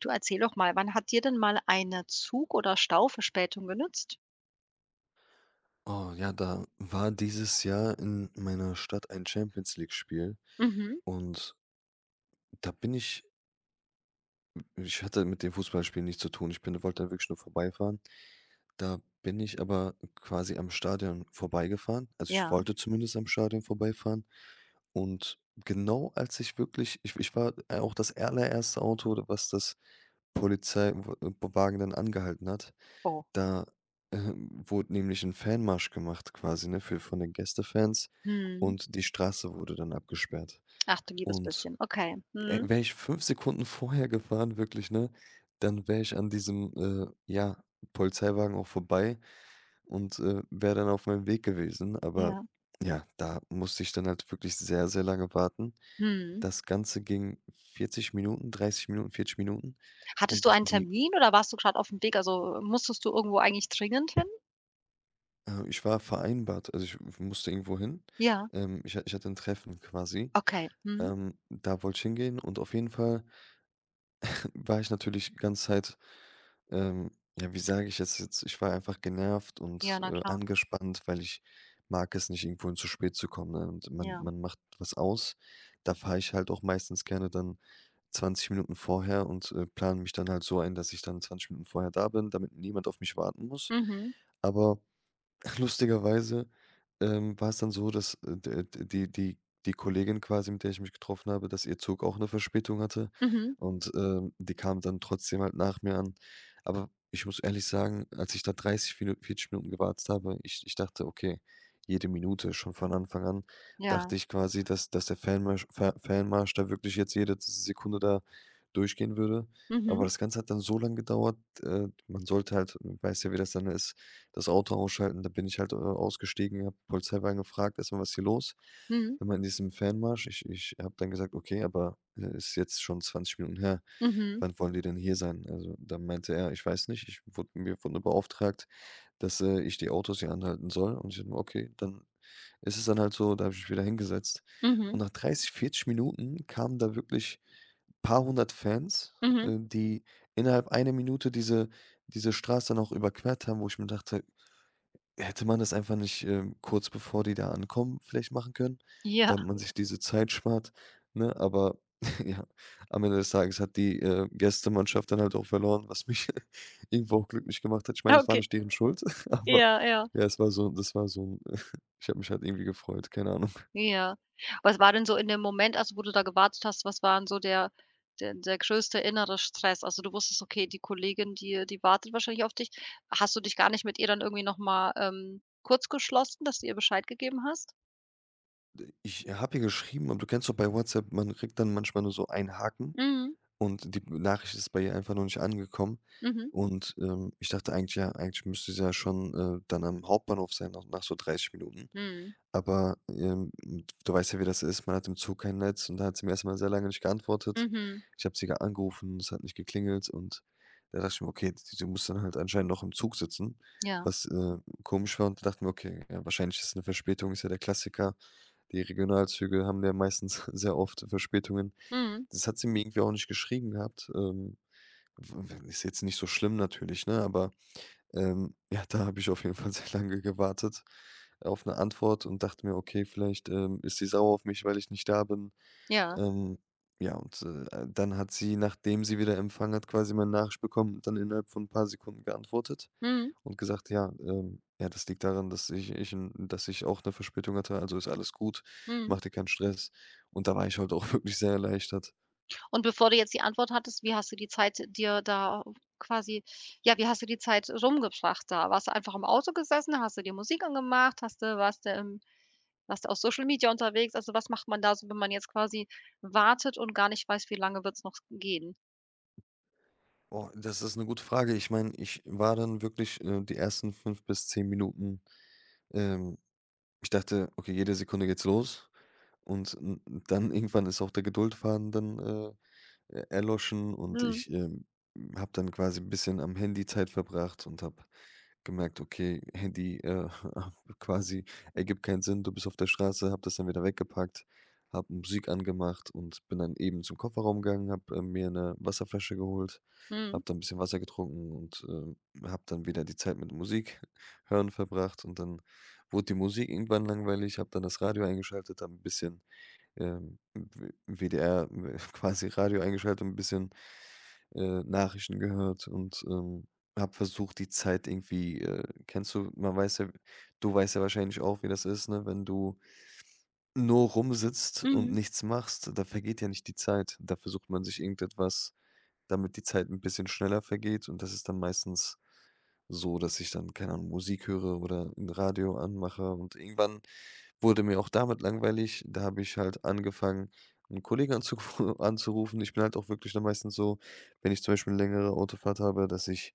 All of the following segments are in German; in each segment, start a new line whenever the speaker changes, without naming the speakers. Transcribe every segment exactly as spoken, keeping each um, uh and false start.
Du, erzähl doch mal, wann hat dir denn mal eine Zug- oder Stauverspätung genützt?
Oh ja, da war dieses Jahr in meiner Stadt ein Champions League-Spiel
Mhm.
und da bin ich ich hatte mit dem Fußballspiel nichts zu tun. Ich bin wollte da wirklich nur vorbeifahren. Da bin ich aber quasi am Stadion vorbeigefahren. Also, ich
Ja.
wollte zumindest am Stadion vorbeifahren und genau als ich wirklich ich ich war auch das allererste Auto, was das Polizeiwagen dann angehalten hat.
Oh.
Da, ähm, wurde nämlich ein Fanmarsch gemacht quasi, ne, für von den Gästefans
Mhm.
und die Straße wurde dann abgesperrt.
Ach du liebes
Und,
bisschen. Okay.
äh,
Mhm.
wäre ich fünf Sekunden vorher gefahren, wirklich, ne, dann wäre ich an diesem, äh, ja, Polizeiwagen auch vorbei und, äh, wäre dann auf meinem Weg gewesen. Aber
Ja.
ja, da musste ich dann halt wirklich sehr, sehr lange warten.
Mhm.
Das Ganze ging vierzig Minuten, dreißig Minuten, vierzig Minuten
Hattest du
und
einen
die
Termin oder warst du gerade auf dem Weg? Also, musstest du irgendwo eigentlich dringend hin?
Äh, ich war vereinbart, also ich musste irgendwo hin.
Ja.
Ähm, ich ha ich hatte ein Treffen quasi.
Okay. Mhm.
Ähm, da wollte ich hingehen und auf jeden Fall war ich natürlich die ganze Zeit, ähm ja, wie sage ich jetzt jetzt? Ich war einfach genervt
Ja,
und,
na
äh,
klar.
angespannt, weil ich mag es nicht, irgendwohin zu spät zu kommen, ne? Und man
Ja.
man macht was aus. Da fahre ich halt auch meistens gerne dann zwanzig Minuten vorher und, äh, plane mich dann halt so ein, dass ich dann zwanzig Minuten vorher da bin, damit niemand auf mich warten muss.
Mhm.
Aber ach, lustigerweise, ähm, war es dann so, dass, äh, d d die die die Kollegin quasi, mit der ich mich getroffen habe, dass ihr Zug auch eine Verspätung hatte
Mhm.
und, ähm, die kam dann trotzdem halt nach mir an. Aber ich muss ehrlich sagen, als ich da dreißig Minu vierzig Minuten gewartet habe, ich ich dachte: „Okay, jede Minute“, schon von Anfang an dachte
Ja.
ich quasi, dass dass der Fanmarsch Fa Fanmarsch da wirklich jetzt jede Sekunde da durchgehen würde. Aber
Mhm.
das Ganze hat dann so lange gedauert, äh, man sollte halt man weiß ja, wie das dann ist, das Auto ausschalten. Da bin ich halt, äh, ausgestiegen, habe Polizei gefragt, erstmal was ist hier los?“
Mhm.
Dann meinten die, es ist im Fanmarsch. Ich ich habe dann gesagt: „Okay, aber, äh, ist jetzt schon zwanzig Minuten her.
Mhm.
Wann wollen die denn hier sein?“ Also, dann meinte er: „Ich weiß nicht, ich wurde mir wurde nur beauftragt, dass, äh, ich die Autos hier anhalten soll.“ Und ich dachte mir: „Okay, dann ist es dann halt so.“ Da habe ich mich wieder hingesetzt. Und
Mhm.
nach dreißig, vierzig Minuten kamen da wirklich paar hundert Fans,
Mhm.
äh, die innerhalb einer Minute diese diese Straße noch überquert haben, wo ich mir dachte: Hätte man das einfach nicht, ähm, kurz bevor die da ankommen, vielleicht machen können,
Ja.
damit man sich diese Zeit spart, ne? Aber ja, am Ende des Tages hat die, äh, Gästemannschaft dann halt auch verloren, was mich irgendwo auch glücklich gemacht hat. Ich meine, es war
Okay.
nicht deren Schuld, aber
Ja, ja.
ja, es war so das war so 'n ich habe mich halt irgendwie gefreut, keine Ahnung.
Ja. Was war denn so in dem Moment, also, wo du da gewartet hast, was war denn so der der der größte innere Stress? Also, du wusstest, okay, die Kollegin, die die wartet wahrscheinlich auf dich. Hast du dich gar nicht mit ihr dann irgendwie noch mal, ähm, kurzgeschlossen, dass du ihr Bescheid gegeben hast?
Ich habe ihr geschrieben, aber du kennst doch bei WhatsApp, man kriegt dann manchmal nur so einen Haken.
Mhm.
Und die Nachricht ist bei ihr einfach noch nicht angekommen.
Mhm.
Und, ähm, ich dachte eigentlich ja eigentlich müsste sie ja schon, äh, dann am Hauptbahnhof sein, noch nach so dreißig Minuten.
Mhm.
Aber, ähm, du weißt ja, wie das ist, man hat im Zug kein Netz und da hat sie mir erst mal sehr lange nicht geantwortet.
Mhm.
Ich habe sie ge angerufen, es hat nicht geklingelt und da dachte ich mir: „Okay, sie muss dann halt anscheinend noch im Zug sitzen“,
Ja.
was, äh, komisch war und da dachten wir: „Okay, ja, wahrscheinlich ist es eine Verspätung“, ist ja der Klassiker. Die Regionalzüge haben ja meistens sehr oft Verspätungen.
Mhm.
Das hat sie mir irgendwie auch nicht geschrieben gehabt. Ähm, w w ist jetzt nicht so schlimm natürlich, ne, aber, ähm, ja, da habe ich auf jeden Fall sehr lange gewartet auf eine Antwort und dachte mir: „Okay, vielleicht, ähm, ist sie sauer auf mich, weil ich nicht da bin.“
Ja.
Ähm, ja, und, äh, dann hat sie, nachdem sie wieder Empfang hat, quasi meine Nachricht bekommen, dann innerhalb von ein paar Sekunden geantwortet
Mhm.
und gesagt: „Ja, ähm, ja, das liegt daran, dass ich ich 'n dass ich auch eine Verspätung hatte, also ist alles gut,
Mhm.
mach dir keinen Stress.“ Und da war ich halt auch wirklich sehr erleichtert.
Und bevor du jetzt die Antwort hattest, wie hast du die Zeit dir da quasi, ja, wie hast du die Zeit rumgebracht da? Warst du einfach im Auto gesessen? Hast du dir Musik angemacht? Hast du, warst du im, warst du auf Social Media unterwegs? Also, was macht man da so, wenn man jetzt quasi wartet und gar nicht weiß, wie lange wird's noch gehen?
Boah, das ist eine gute Frage. Ich meine, ich war dann wirklich, äh, die ersten fünf bis zehn Minuten ähm, ich dachte: „Okay, jede Sekunde geht's los.“ Und n Dann irgendwann ist auch der Geduldfaden dann, äh, e erloschen und
Mhm.
ich, ähm, habe dann quasi ein bisschen am Handy Zeit verbracht und habe gemerkt, okay, Handy, äh, quasi ergibt keinen Sinn. Du bist auf der Straße, hab das dann wieder weggepackt, hab Musik angemacht und bin dann eben zum Kofferraum gegangen, hab äh, mir eine Wasserflasche geholt,
Mhm.
hab dann ein bisschen Wasser getrunken und äh, habe dann wieder die Zeit mit Musik hören verbracht. Und dann wurde die Musik irgendwann langweilig, hab dann das Radio eingeschaltet, hab ein bisschen ähm, W WDR quasi Radio eingeschaltet und ein bisschen, äh, Nachrichten gehört und, ähm, habe versucht, die Zeit irgendwie äh, kennst du man weiß ja du weißt ja wahrscheinlich auch, wie das ist, ne? Wenn du nur rumsitzt und
Mhm.
nichts machst, da vergeht ja nicht die Zeit. Da versucht man sich irgendetwas damit die Zeit ein bisschen schneller vergeht und das ist dann meistens so, dass ich dann, keine Ahnung, Musik höre oder 'n Radio anmache und irgendwann wurde mir auch damit langweilig. Da habe ich halt angefangen, einen Kollegen anzugru anzurufen. Ich bin halt auch wirklich dann meistens so, wenn ich zum Beispiel 'ne längere Autofahrt habe, dass ich,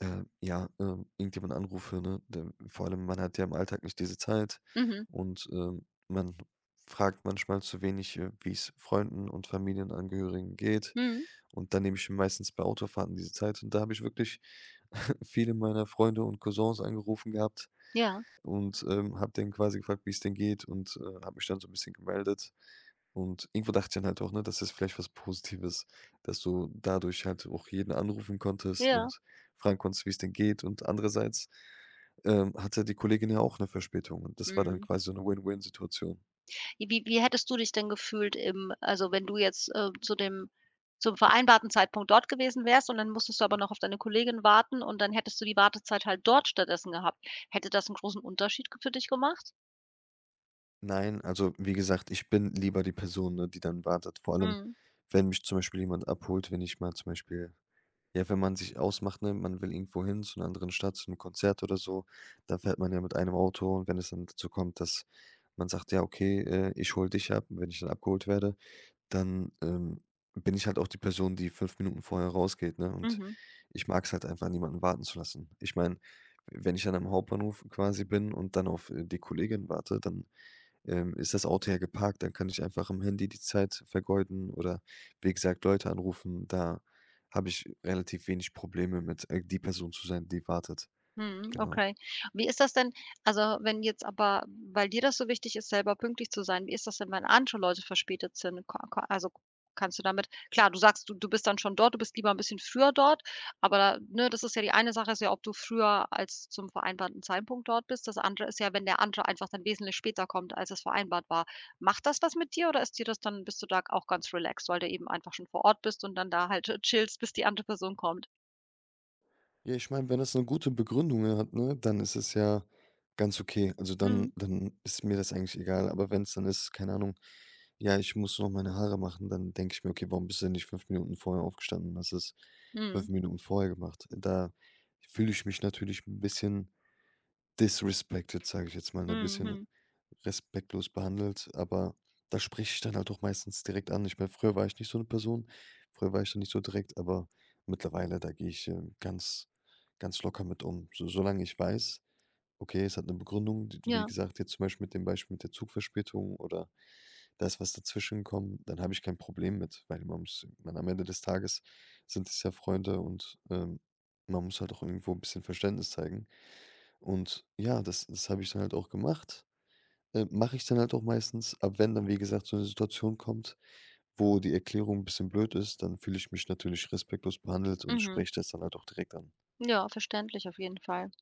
äh, ja, ähm, irgendjemanden anrufe, ne? Denn vor allem, man hat ja im Alltag nicht diese Zeit
Mhm.
und, ähm, man fragt manchmal zu wenig, äh, wie es Freunden und Familienangehörigen geht.
Mhm.
Und dann nehme ich mir meistens bei Autofahrten diese Zeit. Und da habe ich wirklich viele meiner Freunde und Cousins angerufen gehabt
Ja,
und, ähm, habe den quasi gefragt, wie es denn geht und, äh, habe mich dann so ein bisschen gemeldet. Und irgendwo dachte ich dann halt auch, ne, das ist vielleicht was Positives, dass du dadurch halt auch jeden anrufen konntest
ja.
und fragen konntest, wie es denn geht. Und andererseits, ähm, hatte die Kollegin ja auch eine Verspätung und das war dann
Mhm.
quasi so eine Win-Win-Situation.
Wie wie hättest du dich denn gefühlt im, also, wenn du jetzt, äh, zu dem zum vereinbarten Zeitpunkt dort gewesen wärst und dann musstest du aber noch auf deine Kollegin warten und dann hättest du die Wartezeit halt dort stattdessen gehabt. Hätte das 'n großen Unterschied ge für dich gemacht?
Nein, also, wie gesagt, ich bin lieber die Person, ne, die dann wartet. Vor allem,
Mhm.
wenn mich zum Beispiel jemand abholt, wenn ich mal zum Beispiel ja, wenn man sich ausmacht, ne, man will irgendwo hin zu einer anderen Stadt, zu einem Konzert oder so, da fährt man ja mit einem Auto und wenn es dann dazu kommt, dass man sagt: „Ja, okay, äh, ich hole dich ab.“ Und wenn ich dann abgeholt werde, dann, ähm, bin ich halt auch die Person, die fünf Minuten vorher rausgeht, ne? Und
Mhm.
ich mag es halt einfach, niemanden warten zu lassen. Ich meine, wenn ich dann am Hauptbahnhof quasi bin und dann auf, äh, die Kollegin warte, dann ähm, ist das Auto ja geparkt, dann kann ich einfach am Handy die Zeit vergeuden oder wie gesagt Leute anrufen. Da habe ich relativ wenig Probleme mit, äh, die Person zu sein, die wartet.
Mhm,
Genau.
okay. Wie ist das denn, also, wenn jetzt aber, weil dir das so wichtig ist, selber pünktlich zu sein, wie ist das denn, wenn andere Leute verspätet sind? Ko ko Also, kannst du damit klar, du sagst, du du bist dann schon dort, du bist lieber ein bisschen früher dort, aber, da, ne, das ist ja, die eine Sache ist ja, ob du früher als zum vereinbarten Zeitpunkt dort bist. Das andere ist ja, wenn der andere einfach dann wesentlich später kommt, als es vereinbart war. Macht das was mit dir oder ist dir das dann, bist du da auch ganz relaxed, weil du eben einfach schon vor Ort bist und dann da halt, äh, chillst, bis die andere Person kommt?
Ja, ich meine, wenn das eine gute Begründung hat, ne, dann ist es ja ganz okay. Also,
Mhm.
dann dann ist mir das eigentlich egal. Aber wenn es dann ist, keine Ahnung: „Ja, ich muss noch meine Haare machen“, dann denke ich mir: „Okay, warum bist du denn nicht fünf Minuten vorher aufgestanden und hast es fünf
Mhm.
Minuten vorher gemacht?“ Da fühle ich mich natürlich ein bisschen disrespected, sage ich jetzt mal, ein
Mhm.
bisschen
Mhm.
respektlos behandelt, aber das spreche ich dann halt auch meistens direkt an. Ich meine, früher war ich nicht so eine Person. Früher war ich da nicht so direkt, aber mittlerweile, da gehe ich, ähm, ganz ganz locker mit um. So solange ich weiß, okay, es hat eine Begründung, d wie
Ja.
gesagt, jetzt zum Beispiel mit dem Beispiel mit der Zugverspätung oder da ist was dazwischengekommen, dann habe ich kein Problem mit, weil man muss ich am Ende des Tages sind es ja Freunde und, ähm, man muss halt auch irgendwo ein bisschen Verständnis zeigen. Und ja, das das habe ich dann halt auch gemacht. Äh, mache ich dann halt auch meistens. Aber wenn dann, wie gesagt, so eine Situation kommt, wo die Erklärung ein bisschen blöd ist, dann fühle ich mich natürlich respektlos behandelt und
Mhm.
spreche das dann halt auch direkt an.
Ja, verständlich auf jeden Fall.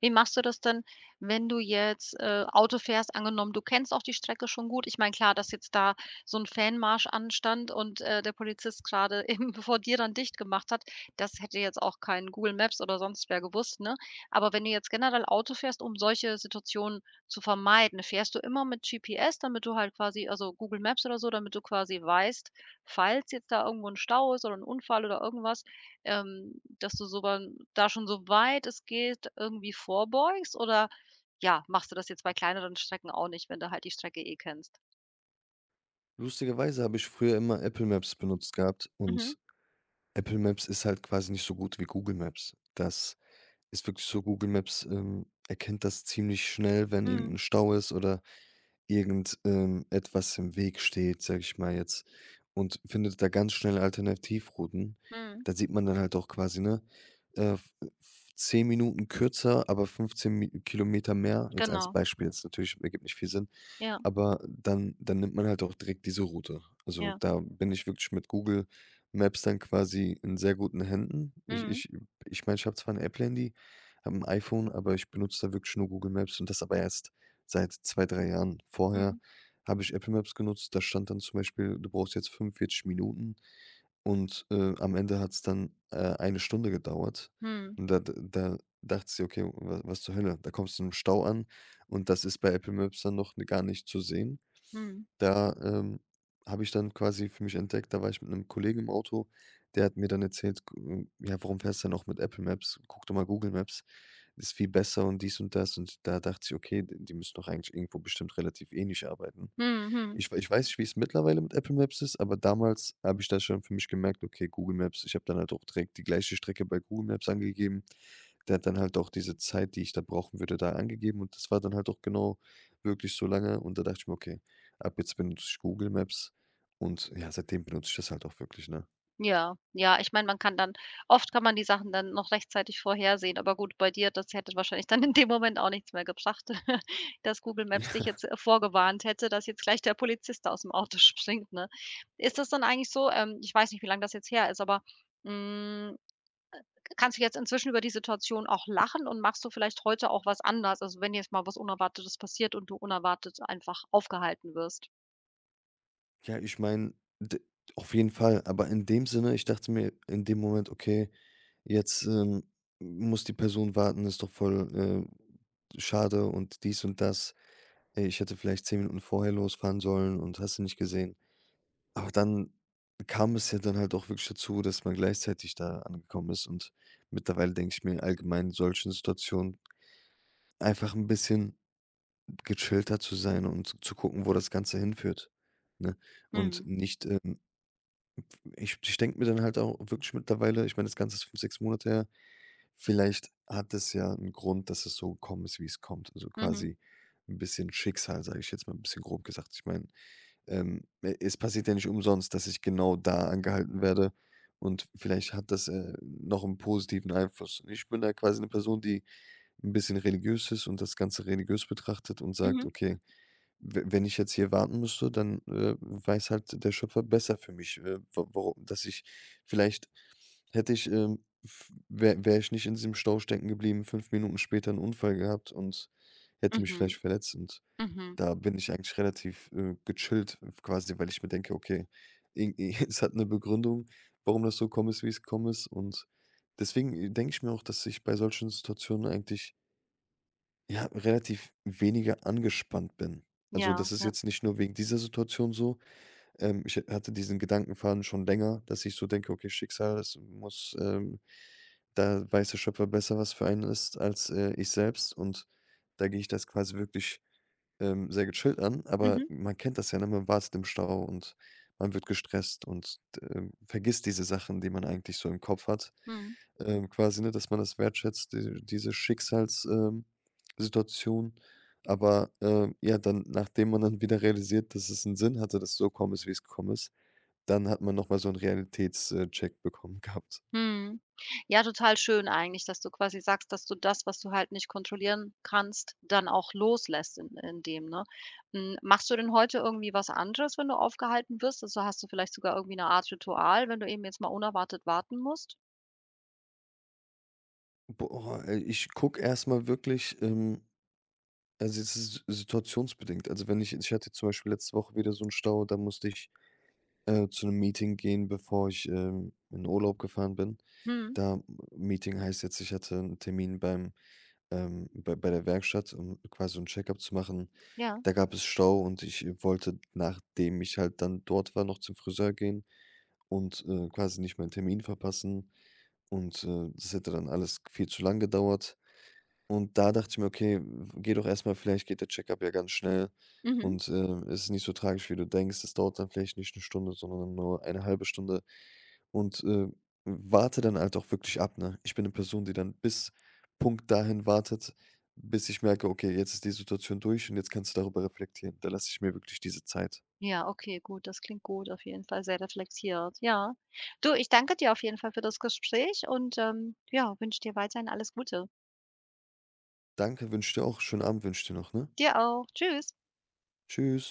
Wie machst du das denn, wenn du jetzt, äh, Auto fährst? Angenommen, du kennst auch die Strecke schon gut. Ich meine, klar, dass jetzt da so ein Fanmarsch anstand und, äh, der Polizist gerade eben vor dir dann dicht gemacht hat, das hätte jetzt auch kein Google Maps oder sonst wer gewusst, ne? Aber wenn du jetzt generell Auto fährst, um solche Situationen zu vermeiden, fährst du immer mit G P S, damit du halt quasi, also Google Maps oder so, damit du quasi weißt, falls jetzt da irgendwo ein Stau ist oder ein Unfall oder irgendwas, ähm, dass du so beim, da schon so weit es geht irgendwie vorbeugst oder, ja, machst du das jetzt bei kleineren Strecken auch nicht, wenn du halt die Strecke eh kennst?
Lustigerweise habe ich früher immer Apple Maps benutzt gehabt
Mhm.
und Apple Maps ist halt quasi nicht so gut wie Google Maps. Das ist wirklich so, Google Maps, ähm, erkennt das ziemlich schnell, wenn
Mhm.
irgendein Stau ist oder irgend, ähm, etwas im Weg steht, sage ich mal jetzt, und findet da ganz schnell Alternativrouten.
Mhm.
Da sieht man dann halt auch quasi, ne, äh, f f zehn Minuten kürzer, aber fünfzehn Mi Kilometer mehr, jetzt als
Genau.
Beispiel, jetzt natürlich ergibt nicht viel Sinn.
Ja,
Aber dann dann nimmt man halt auch direkt diese Route. Also,
ja.
da bin ich wirklich mit Google Maps dann quasi in sehr guten Händen. Ich
Mhm.
ich ich meine, ich habe zwar ein Apple-Handy, habe ein iPhone, aber ich benutze da wirklich nur Google Maps, und das aber erst seit zwei drei Jahren. Vorher
Mhm.
habe ich Apple Maps genutzt, da stand dann zum Beispiel: „Du brauchst jetzt fünfundvierzig Minuten.“ und, äh, am Ende hat es dann, äh, eine Stunde gedauert.
Mhm.
Und da d da dachte sie: „Okay, wa was zur Hölle?“ Da kommst du im Stau an und das ist bei Apple Maps dann noch gar nicht zu sehen.
Mhm.
Da, ähm, habe ich dann quasi für mich entdeckt, da war ich mit einem Kollegen im Auto, der hat mir dann erzählt, g hm: „Ja, warum fährst du denn auch mit Apple Maps? Guck doch mal Google Maps, ist viel besser und dies und das.“ Und da dachte ich: „Okay, d die müssen doch eigentlich irgendwo bestimmt relativ ähnlich arbeiten.“
Mhm. Mhm.
Ich wei ich weiß nicht, wie es mittlerweile mit Apple Maps ist, aber damals habe ich das schon für mich gemerkt: „Okay, Google Maps.“ Ich habe dann halt auch direkt die gleiche Strecke bei Google Maps angegeben. Der hat dann halt auch diese Zeit, die ich da brauchen würde, da angegeben und das war dann halt auch genau wirklich so lange, und da dachte ich mir: „Okay, ab jetzt benutze ich Google Maps.“ Und ja, seitdem benutze ich das halt auch wirklich, ne?
Ja, ja, ich meine, man kann dann oft kann man die Sachen dann noch rechtzeitig vorhersehen, aber gut, bei dir, das hätte wahrscheinlich dann in dem Moment auch nichts mehr gebracht, dass Google Maps dich jetzt, äh, vorgewarnt hätte, dass jetzt gleich der Polizist aus dem Auto springt, ne? Ist das dann eigentlich so, ähm, ich weiß nicht, wie lange das jetzt her ist, aber, hm, kannst du jetzt inzwischen über die Situation auch lachen und machst du vielleicht heute auch was anders? Also, wenn jetzt mal was Unerwartetes passiert und du unerwartet einfach aufgehalten wirst?
Ja, ich meine, auf jeden Fall, aber in dem Sinne, ich dachte mir in dem Moment: „Okay, jetzt, ähm, muss die Person warten, ist doch voll, äh, schade und dies und das. Äh, ich hätte vielleicht zehn Minuten vorher losfahren sollen und hast du nicht gesehen.“ Aber dann kam es ja dann halt auch wirklich dazu, dass man gleichzeitig da angekommen ist, und mittlerweile denke ich mir allgemein in solchen Situationen einfach ein bisschen gechillter zu sein und zu gucken, wo das Ganze hinführt, ne? Und
Mhm.
nicht, ähm Ich ich denke mir dann halt auch wirklich mittlerweile, ich meine, das Ganze ist fünf, sechs Monate her, vielleicht hat es ja einen Grund, dass es so gekommen ist, wie es kommt. Also,
Mhm.
quasi ein bisschen Schicksal, sage ich jetzt mal, ein bisschen grob gesagt. Ich meine, ähm, e es passiert ja nicht umsonst, dass ich genau da angehalten werde, und vielleicht hat das, äh, noch einen positiven Einfluss. Ich bin da quasi eine Person, die ein bisschen religiös ist und das Ganze religiös betrachtet und sagt:
Mhm.
„Okay, we wenn ich jetzt hier warten müsste, dann, äh, weiß halt der Schöpfer besser für mich, äh, wa waro dass ich vielleicht hätte ich, ähm, f wäre wäre ich nicht in diesem Stau stecken geblieben, fünf Minuten später einen Unfall gehabt und hätte mich
Mhm.
vielleicht verletzt und
Mhm.
da bin ich eigentlich relativ, äh, gechillt äh, quasi, weil ich mir denke: „Okay, irgendwie es hat eine Begründung, warum das so gekommen ist, wie es gekommen ist“ und deswegen äh, denke ich mir auch, dass ich bei solchen Situationen eigentlich, ja, relativ weniger angespannt bin. Also,
Ja,
das ist
ja.
jetzt nicht nur wegen dieser Situation so. Ähm, ich hatte diesen Gedankenfaden schon länger, dass ich so denke, okay, Schicksal, es muss, ähm, da weiß der Schöpfer besser, was für einen ist, als äh, ich selbst. Und da gehe ich das quasi wirklich ähm, sehr gechillt an, aber
Mhm.
man kennt das ja, ne? Man wartet im Stau und man wird gestresst und, ähm, vergisst diese Sachen, die man eigentlich so im Kopf hat,
Mhm.
ähm, quasi, ne, dass man das wertschätzt, die diese Schicksalssituation. Ähm, Situation. Aber, ähm, ja, dann, nachdem man dann wieder realisiert, dass es einen Sinn hatte, dass es so gekommen ist, wie es gekommen ist, dann hat man nochmal so einen Realitätscheck bekommen gehabt.
Mhm. Ja, total schön eigentlich, dass du quasi sagst, dass du das, was du halt nicht kontrollieren kannst, dann auch loslässt in in dem, ne? Hm, machst du denn heute irgendwie was anderes, wenn du aufgehalten wirst? Also, hast du vielleicht sogar irgendwie eine Art Ritual, wenn du eben jetzt mal unerwartet warten musst?
Boah, ey, ich gucke erstmal wirklich, ähm Also, es ist situationsbedingt. Also, wenn ich ich hatte zum Beispiel letzte Woche wieder so einen Stau, da musste ich, äh, zu einem Meeting gehen, bevor ich, ähm, in Urlaub gefahren bin.
Mhm.
Da Meeting heißt jetzt, ich hatte einen Termin beim, ähm bei bei der Werkstatt, um quasi so 'n Checkup zu machen.
Ja.
Da gab es Stau und ich wollte, nachdem ich halt dann dort war, noch zum Friseur gehen und, äh, quasi nicht meinen Termin verpassen und, äh, das hätte dann alles viel zu lang gedauert. Und da dachte ich mir: „Okay, geh doch erstmal, vielleicht geht der Checkup ja ganz schnell
Mhm.
und, ähm, es ist nicht so tragisch, wie du denkst. Es dauert dann vielleicht nicht eine Stunde, sondern nur eine halbe Stunde.“ Und, äh, warte dann halt auch wirklich ab, ne? Ich bin eine Person, die dann bis Punkt dahin wartet, bis ich merke: „Okay, jetzt ist die Situation durch und jetzt kannst du darüber reflektieren.“ Da lasse ich mir wirklich diese Zeit.
Ja, okay, gut, das klingt gut, auf jeden Fall sehr reflektiert, ja. Du, ich danke dir auf jeden Fall für das Gespräch und, ähm, ja, wünsche dir weiterhin alles Gute.
Danke, wünsche dir auch schönen Abend, wünsche dir noch, ne?
Dir auch. Tschüss.
Tschüss.